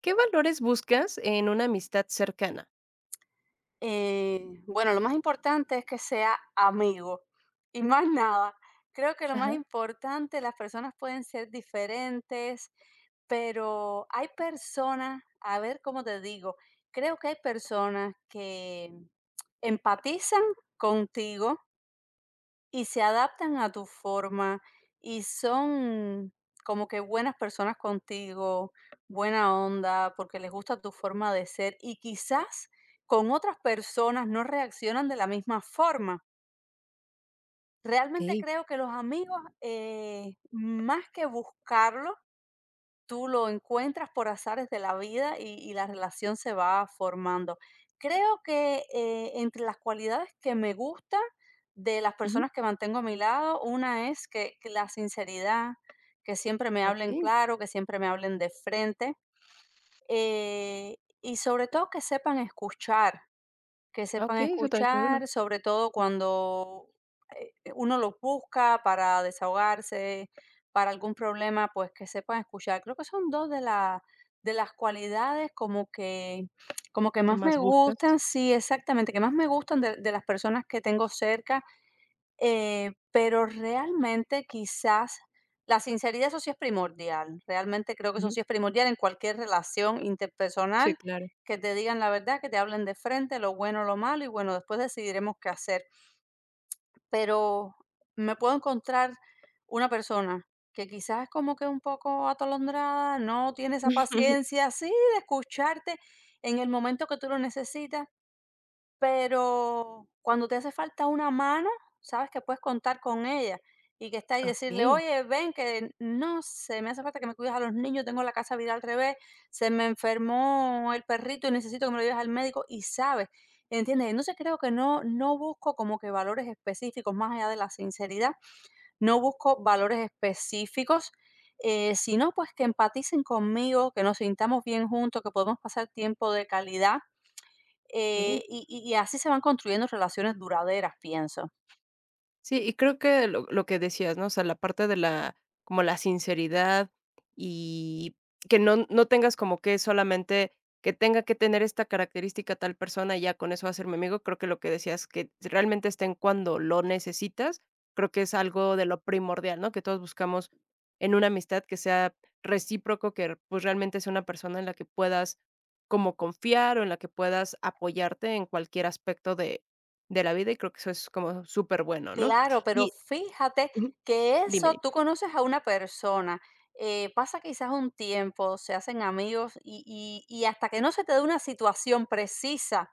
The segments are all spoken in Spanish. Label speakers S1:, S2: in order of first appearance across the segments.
S1: ¿Qué valores buscas en una amistad cercana?
S2: Eh, bueno, lo más importante es que sea amigo y más nada. Creo que lo
S1: Ajá.
S2: más importante, las personas pueden ser diferentes, pero hay personas, a ver cómo te digo, creo que hay personas que empatizan contigo y se adaptan a tu forma y son como que buenas personas contigo, buena onda, porque les gusta tu forma de ser y quizás con otras personas no reaccionan de la misma forma. Realmente
S1: Okey.
S2: creo que los amigos, más que buscarlos, tú lo encuentras por azares de la vida y la relación se va formando. Creo que entre las cualidades que me gustan de las
S1: Ujú.
S2: personas que mantengo a mi lado, una es que la sinceridad, que siempre me hablen
S1: Okey.
S2: claro, que siempre me hablen de frente, eh, y sobre todo que
S1: Ah,
S2: sepan
S1: okey, eso también es muy bueno.
S2: escuchar, sobre todo cuando uno los busca para desahogarse, para algún problema, pues que sepan escuchar. Creo que son dos de de las cualidades como que
S1: ¿Qué
S2: más
S1: más
S2: me
S1: buscas?
S2: gustan, sí, exactamente, que más me gustan de las personas que tengo cerca, pero realmente quizás la sinceridad, eso sí es primordial. Realmente creo que eso
S1: Ujú.
S2: sí es primordial en cualquier relación
S1: Sí,
S2: interpersonal,
S1: claro.
S2: que te digan la verdad, que te hablen de frente, lo bueno, lo malo, y bueno, después decidiremos qué hacer. Pero me puedo encontrar una persona que quizás es como que un poco atolondrada, no tiene esa paciencia así de escucharte en el momento que tú lo necesitas, pero cuando te hace falta una mano, sabes que puedes contar con ella y que está y decirle:
S1: Okey,
S2: "Oye, ven, que no sé, me hace falta que me cuides a los niños, tengo la casa vida al revés, se me enfermó el perrito y necesito que me lo lleves al médico", y sabes, ¿entiendes? Entonces creo que no busco como que valores específicos, más allá de la sinceridad, no busco valores específicos, sino, pues, que empaticen conmigo, que nos sintamos bien juntos, que podemos pasar tiempo de calidad.
S1: okey.
S2: Y así se van construyendo relaciones duraderas, pienso.
S1: Sí, y creo que lo que decías, ¿no? O sea, la parte de la como la sinceridad y que no tengas como que solamente que tenga que tener esta característica tal persona y ya con eso hacerme amigo. Creo que lo que decías, que realmente estén cuando lo necesitas, creo que es algo de lo primordial, ¿no? Que todos buscamos en una amistad que sea recíproco, que, pues, realmente sea una persona en la que puedas como confiar o en la que puedas apoyarte en cualquier aspecto de la vida, y creo que eso es como súper bueno, ¿no?
S2: Claro, pero
S1: Y
S2: fíjate
S1: ujú,
S2: que
S1: dime,
S2: eso,
S1: dime.
S2: tú conoces a una persona, pasa quizás un tiempo, se hacen amigos y hasta que no se te dé una situación precisa.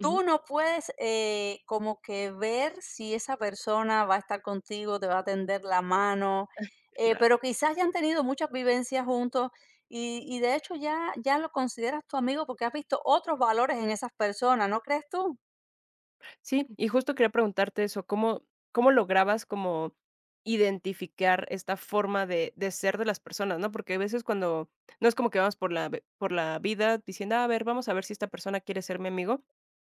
S1: Ujú.
S2: Tú no puedes, como que ver si esa persona va a estar contigo, te va a tender la mano,
S1: Claro.
S2: pero quizás ya han tenido muchas vivencias juntos y de hecho ya lo consideras tu amigo porque has visto otros valores en esas personas, ¿no crees tú?
S1: Sí, y justo quería preguntarte eso, ¿cómo cómo lograbas como identificar esta forma de ser de las personas?, ¿no? Porque a veces cuando no es como que vamos por la ve por la vida diciendo: "Ah, a ver, vamos a ver si esta persona quiere ser mi amigo".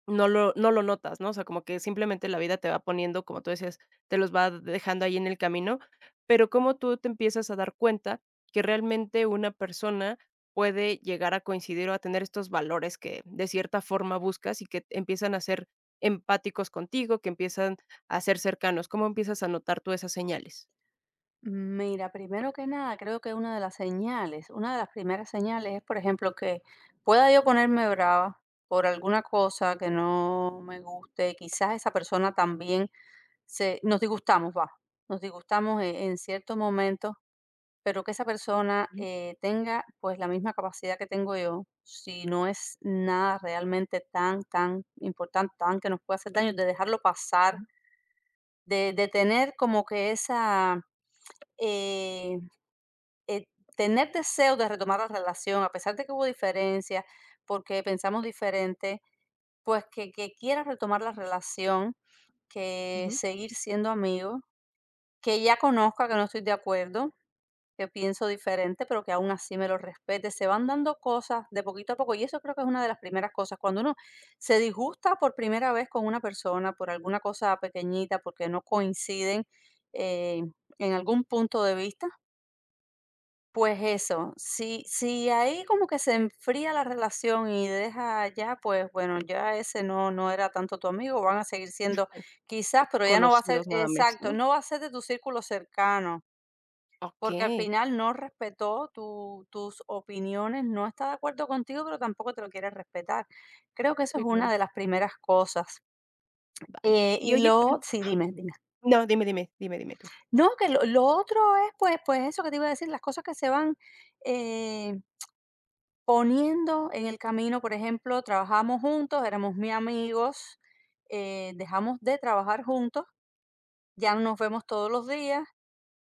S1: No lo notas, ¿no? O sea, como que simplemente la vida te va poniendo, como tú decías, te los va dejando ahí en el camino, pero cómo tú te empiezas a dar cuenta que realmente una persona puede llegar a coincidir o a tener estos valores que de cierta forma buscas y que empiezan a ser empáticos contigo, que empiezan a ser cercanos. ¿Cómo empiezas a notar tú esas señales?
S2: Mira, primero que nada, creo que una de las señales, una de las primeras señales es, por ejemplo, que pueda yo ponerme brava por alguna cosa que no me guste, quizás esa persona también se nos disgustamos, va, nos disgustamos en ciertos momentos, pero que esa persona,
S1: Ujú,
S2: tenga pues la misma capacidad que tengo yo, si no es nada realmente tan, tan importante, tan que nos pueda hacer daño, de dejarlo pasar, de tener como que esa, eh, eh, tener deseo de retomar la relación, a pesar de que hubo diferencias, porque pensamos diferente, pues que quiera retomar la relación, que
S1: ujú.
S2: seguir siendo amigos, que ya conozca que no estoy de acuerdo, que pienso diferente, pero que aún así me lo respete. Se van dando cosas de poquito a poco y eso creo que es una de las primeras cosas. Cuando uno se disgusta por primera vez con una persona, por alguna cosa pequeñita, porque no coinciden eh, en algún punto de vista, pues eso, si ahí como que se enfría la relación y deja ya, pues bueno, ya ese no, no era tanto tu amigo, van a seguir siendo quizás, pero ya no va a ser,
S1: Conocidos nada más,
S2: exacto,
S1: ¿no?
S2: no va a ser de tu círculo cercano, porque al
S1: Okey.
S2: final no respetó tu tus opiniones, no está de acuerdo contigo, pero tampoco te lo quiere respetar. Creo que eso
S1: Sí,
S2: es
S1: claro.
S2: una de las primeras cosas.
S1: Vale. Y
S2: Y
S1: oye,
S2: lo
S1: ten
S2: sí,
S1: ajá.
S2: dime, dime.
S1: No, dime, dime, dime, dime tú.
S2: No, que lo otro es, pues eso que te iba a decir, las cosas que se van, eh, poniendo en el camino, por ejemplo, trabajamos juntos, éramos muy amigos, dejamos de trabajar juntos, ya no nos vemos todos los días.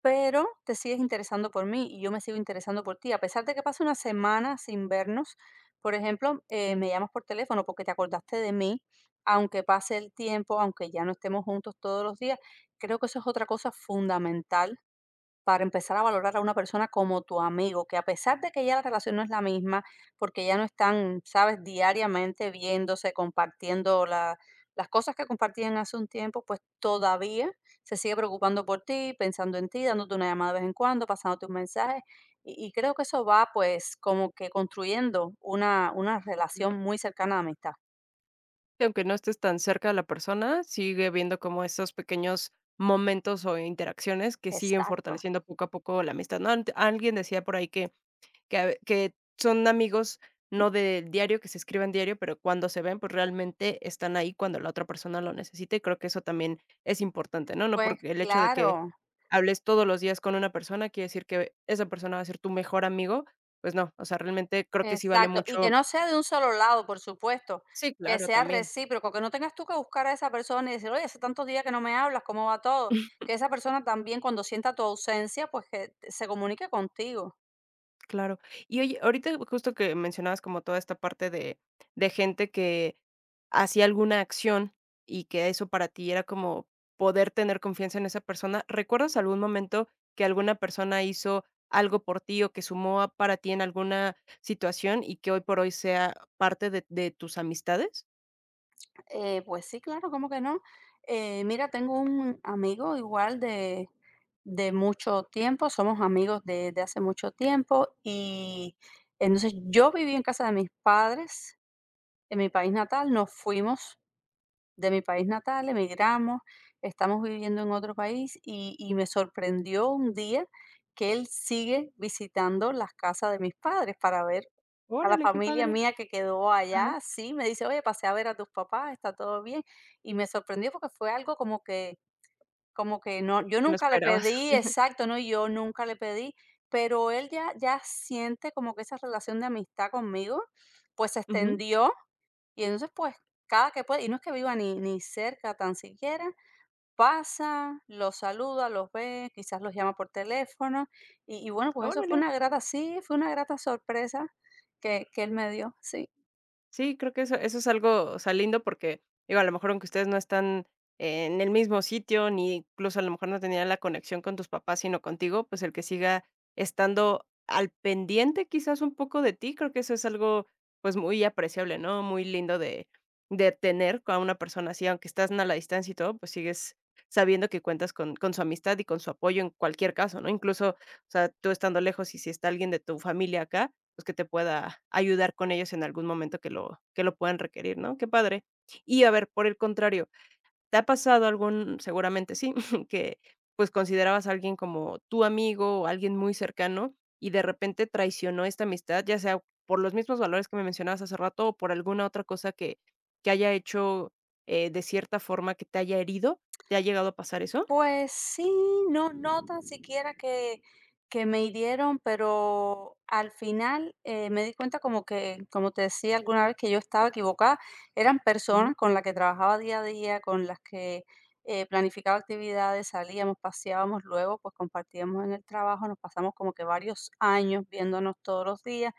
S2: Pero te sigues interesando por mí y yo me sigo interesando por ti. A pesar de que pase una semana sin vernos, por ejemplo,
S1: Claro,
S2: me llamas por teléfono porque te acordaste de mí, aunque pase el tiempo, aunque ya no estemos juntos todos los días, creo que eso es otra cosa fundamental para empezar a valorar a una persona como tu amigo, que a pesar de que ya la relación no es la misma, porque ya no están, sabes, diariamente viéndose, compartiendo las cosas que compartían hace un tiempo, pues todavía se sigue preocupando por ti, pensando en ti, dándote una llamada de vez en cuando, pasándote un mensaje. Y creo que eso va pues como que construyendo una
S1: sí, claro.
S2: relación muy cercana de amistad.
S1: Y aunque no estés tan cerca de la persona, sigue viendo como esos pequeños momentos o interacciones que siguen
S2: Exacto.
S1: fortaleciendo poco a poco la amistad, ¿no? Ant alguien decía por ahí que a ve que son amigos, no del diario, que se escriben diario, pero cuando se ven, pues, realmente están ahí cuando la otra persona lo necesita, y creo que eso también es importante, ¿no? No
S2: Pues
S1: porque el hecho de que
S2: claro.
S1: hables todos los días con una persona quiere decir que esa persona va a ser tu mejor amigo, pues no, o sea, realmente creo que sí vale
S2: Exacto, y que
S1: mucho.
S2: no sea de un solo lado, por supuesto,
S1: Sí,
S2: que
S1: claro,
S2: sea
S1: también.
S2: recíproco, que no tengas tú que buscar a esa persona y decir, oye, hace tantos días que no me hablas, ¿cómo va todo? Que esa persona también cuando sienta tu ausencia, pues se comunique contigo.
S1: Claro. Y oye, ahorita justo que mencionabas como toda esta parte de gente que hacía alguna acción y que eso para ti era como poder tener confianza en esa persona, ¿recuerdas algún momento que alguna persona hizo algo por ti o que sumó a para ti en alguna situación y que hoy por hoy sea parte de tus amistades?
S2: Pues sí, claro, ¿cómo que no? Mira, tengo un amigo igual de mucho tiempo, somos amigos de hace mucho tiempo y entonces yo viví en casa de mis padres, en mi país natal, nos fuimos de mi país natal, emigramos, estamos viviendo en otro país y me sorprendió un día que él sigue visitando las casas de mis padres para ver a la
S1: Órale, qué
S2: familia
S1: padre.
S2: mía que quedó
S1: Ajá,
S2: allá. Sí, me dice, oye, pasé a ver a tus papás, está todo bien. Y me sorprendió porque fue algo como que no, yo
S1: que no
S2: nunca le
S1: esperabas.
S2: pedí, exacto, no, yo nunca le pedí, pero él ya siente como que esa relación de amistad conmigo, pues se
S1: Ujú.
S2: extendió y entonces, pues, cada que puede, y no es que viva ni cerca tan siquiera, pasa, los saluda, los ve, quizás los llama por teléfono. Y bueno, pues eso
S1: Órale.
S2: fue una grata, sí, fue una grata sorpresa que él me dio, sí.
S1: Sí, creo que eso es algo, o sea, lindo porque, digo, a lo mejor aunque ustedes no están en el mismo sitio, ni incluso a lo mejor no tenían la conexión con tus papás, sino contigo, pues el que siga estando al pendiente quizás un poco de ti, creo que eso es algo, pues, muy apreciable, ¿no? Muy lindo de tener a una persona así, aunque estás a la distancia y todo, pues sigues sabiendo que cuentas con su amistad y con su apoyo en cualquier caso, ¿no? Incluso, o sea, tú estando lejos y si está alguien de tu familia acá, pues, que te pueda ayudar con ellos en algún momento que lo puedan requerir, ¿no? Qué padre. Y a ver, por el contrario, ¿te ha pasado algún seguramente sí, que, pues, considerabas a alguien como tu amigo o alguien muy cercano y de repente traicionó esta amistad, ya sea por los mismos valores que me mencionabas hace rato o por alguna otra cosa que haya hecho, de cierta forma que te haya herido? ¿Te ha llegado a pasar eso?
S2: Pues sí, no, no tan siquiera que me hirieron, pero al final, me di cuenta como que, como te decía alguna vez que yo estaba equivocada, eran
S1: Ujú,
S2: personas con las que trabajaba día a día, con las que planificaba actividades, salíamos, paseábamos, luego pues compartíamos en el trabajo, nos pasamos como que varios años viéndonos todos los días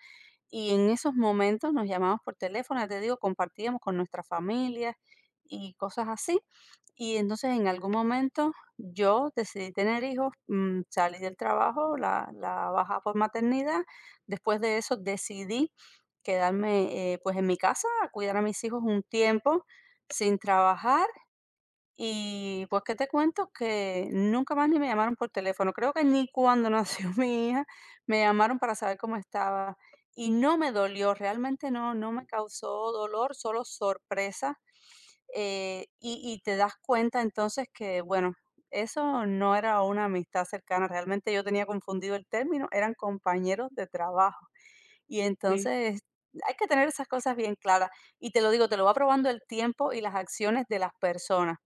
S2: y en esos momentos nos llamábamos por teléfono, ya te digo, compartíamos con nuestras familias y cosas así. Y entonces en algún momento yo decidí tener hijos, salí del trabajo, la baja por maternidad. Después de eso decidí quedarme, pues en mi casa a cuidar a mis hijos un tiempo sin trabajar y pues, ¿qué te cuento? Que nunca más ni me llamaron por teléfono. Creo que ni cuando nació mi hija me llamaron para saber cómo estaba. Y no me dolió, realmente no, no me causó dolor, solo sorpresa. Y te das cuenta entonces que, bueno, eso no era una amistad cercana, realmente yo tenía confundido el término, eran compañeros de trabajo. Y
S1: sí.
S2: entonces hay que tener esas cosas bien claras. Y te lo digo, te lo va probando el tiempo y las acciones de las personas.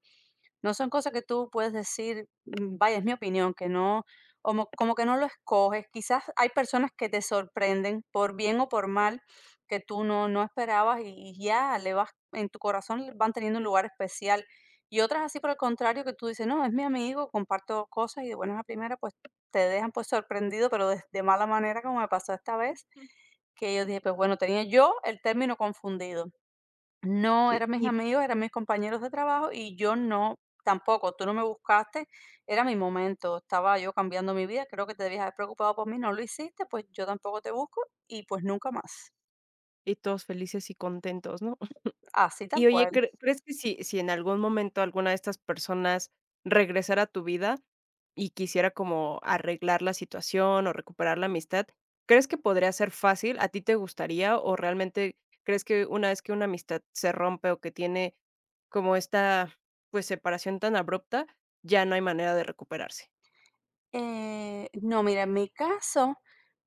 S2: No son cosas que tú puedes decir, mm, vaya, es mi opinión, que no, como, como que no lo escoges. Quizás hay personas que te sorprenden por bien o por mal, que tú no, no esperabas y ya le vas, en tu corazón le van teniendo un lugar especial. Y otras así por el contrario, que tú dices, no, es mi amigo, comparto cosas y de buenas a primeras, pues te dejan pues sorprendido, pero de mala manera, como me pasó esta vez, que yo dije, pues bueno, tenía yo el término confundido. No,
S1: Sí,
S2: eran mis amigos, eran mis compañeros de trabajo y yo no, tampoco, tú no me buscaste, era mi momento, estaba yo cambiando mi vida, creo que te debías haber preocupado por mí, no lo hiciste, pues yo tampoco te busco y pues nunca más,
S1: y todos felices y contentos, ¿no?
S2: así tal
S1: Y oye,
S2: cual.
S1: ¿cre crees que si si en algún momento alguna de estas personas regresara a tu vida y quisiera como arreglar la situación o recuperar la amistad, crees que podría ser fácil? ¿A ti te gustaría o realmente crees que una vez que una amistad se rompe o que tiene como esta, pues, separación tan abrupta, ya no hay manera de recuperarse?
S2: No, mira, en mi caso,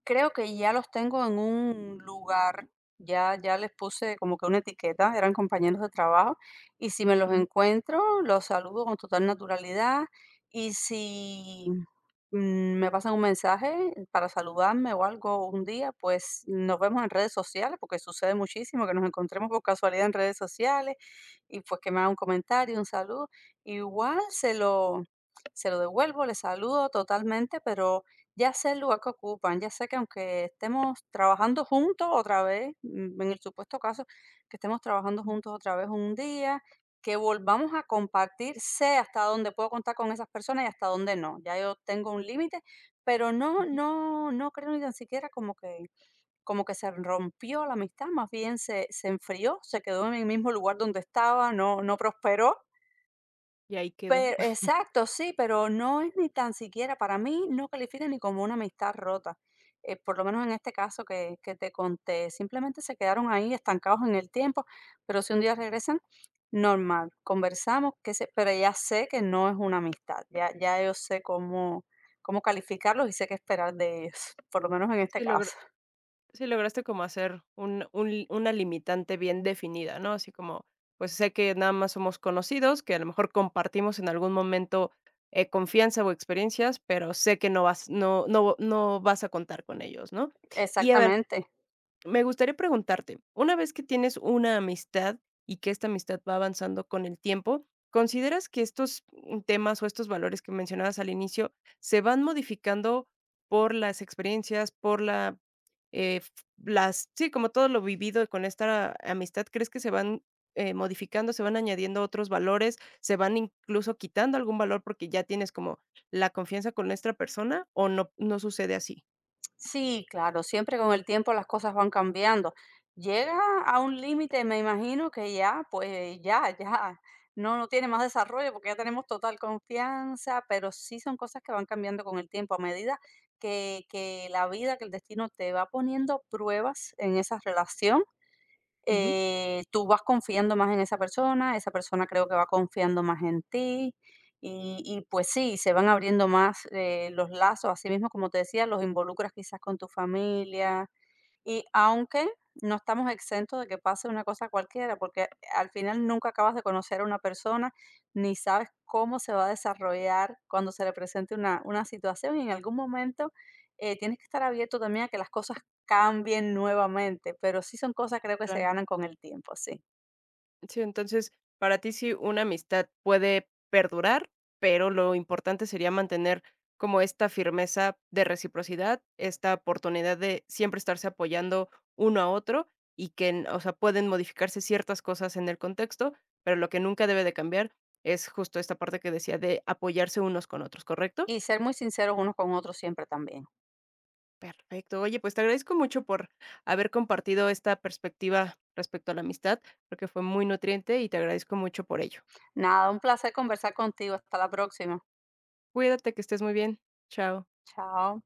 S2: creo que ya los tengo en un lugar, ya les puse como que una etiqueta, eran compañeros de trabajo, y si me los
S1: Ujú,
S2: encuentro, los saludo con total naturalidad, y si me pasan un mensaje para saludarme o algo un día, pues nos vemos en redes sociales, porque sucede muchísimo que nos encontremos por casualidad en redes sociales, y pues que me haga un comentario, un saludo, igual se lo devuelvo, le saludo totalmente, pero ya sé el lugar que ocupan, ya sé que aunque estemos trabajando juntos otra vez, mm, en el supuesto caso que estemos trabajando juntos otra vez un día, que volvamos a compartir, sé hasta dónde puedo contar con esas personas y hasta dónde no. Ya yo tengo un límite, pero no,
S1: ujú.
S2: no, no creo ni tan siquiera como que se rompió la amistad, más bien se enfrió, se quedó en el mismo lugar donde estaba, no, no prosperó,
S1: Y ahí quedó.
S2: pero exacto, sí, pero no es ni tan siquiera, para mí no califica ni como una amistad rota, por lo menos en este caso que te conté, simplemente se quedaron ahí estancados en el tiempo, pero si un día regresan, normal, conversamos, que se, pero ya sé que no es una amistad, ya yo sé cómo, cómo calificarlos y sé qué esperar de ellos, por lo menos en este
S1: Se logró.
S2: caso.
S1: Sí, lograste como hacer un una limitante bien definida, ¿no? Así como, pues, sé que nada más somos conocidos, que a lo mejor compartimos en algún momento, confianza o experiencias, pero sé que no vas no vas a contar con ellos, ¿no? Y a ver,
S2: Exactamente.
S1: me gustaría preguntarte, una vez que tienes una amistad y que esta amistad va avanzando con el tiempo, ¿consideras que estos mm, temas o estos valores que mencionabas al inicio se van modificando por las experiencias, por la, eh, f- las, sí, como todo lo vivido con esta amistad, ¿crees que se van modificando, se van añadiendo otros valores, se van incluso quitando algún valor porque ya tienes como la confianza con esta persona o no, no sucede así?
S2: Sí, claro, siempre con el tiempo las cosas van cambiando. Llega a un límite, me imagino que ya, pues no, no tiene más desarrollo porque ya tenemos total confianza, pero sí son cosas que van cambiando con el tiempo a medida que la vida, que el destino te va poniendo pruebas en esa relación,
S1: Ujú,
S2: tú vas confiando más en esa persona creo que va confiando más en ti y pues sí, se van abriendo más, los lazos, así mismo como te decía, los involucras quizás con tu familia, y aunque no estamos exentos de que pase una cosa cualquiera, porque al final nunca acabas de conocer a una persona, ni sabes cómo se va a desarrollar cuando se le presente una situación y en algún momento tienes que estar abierto también a que las cosas cambien nuevamente, pero sí son cosas creo que se
S1: claro.
S2: ganan con el tiempo, sí.
S1: Sí, entonces, para ti sí una amistad puede perdurar, pero lo importante sería mantener como esta firmeza de reciprocidad, esta oportunidad de siempre estarse apoyando uno a otro y que, o sea, pueden modificarse ciertas cosas en el contexto, pero lo que nunca debe de cambiar es justo esta parte que decía de apoyarse unos con otros, ¿correcto?
S2: Y ser muy sinceros unos con otros siempre también.
S1: Perfecto. Oye, pues te agradezco mucho por haber compartido esta perspectiva respecto a la amistad, porque fue muy nutriente y te agradezco mucho por ello.
S2: Nada, un placer conversar contigo. Hasta la próxima.
S1: Cuídate, que estés muy bien. Chao.
S2: Chao.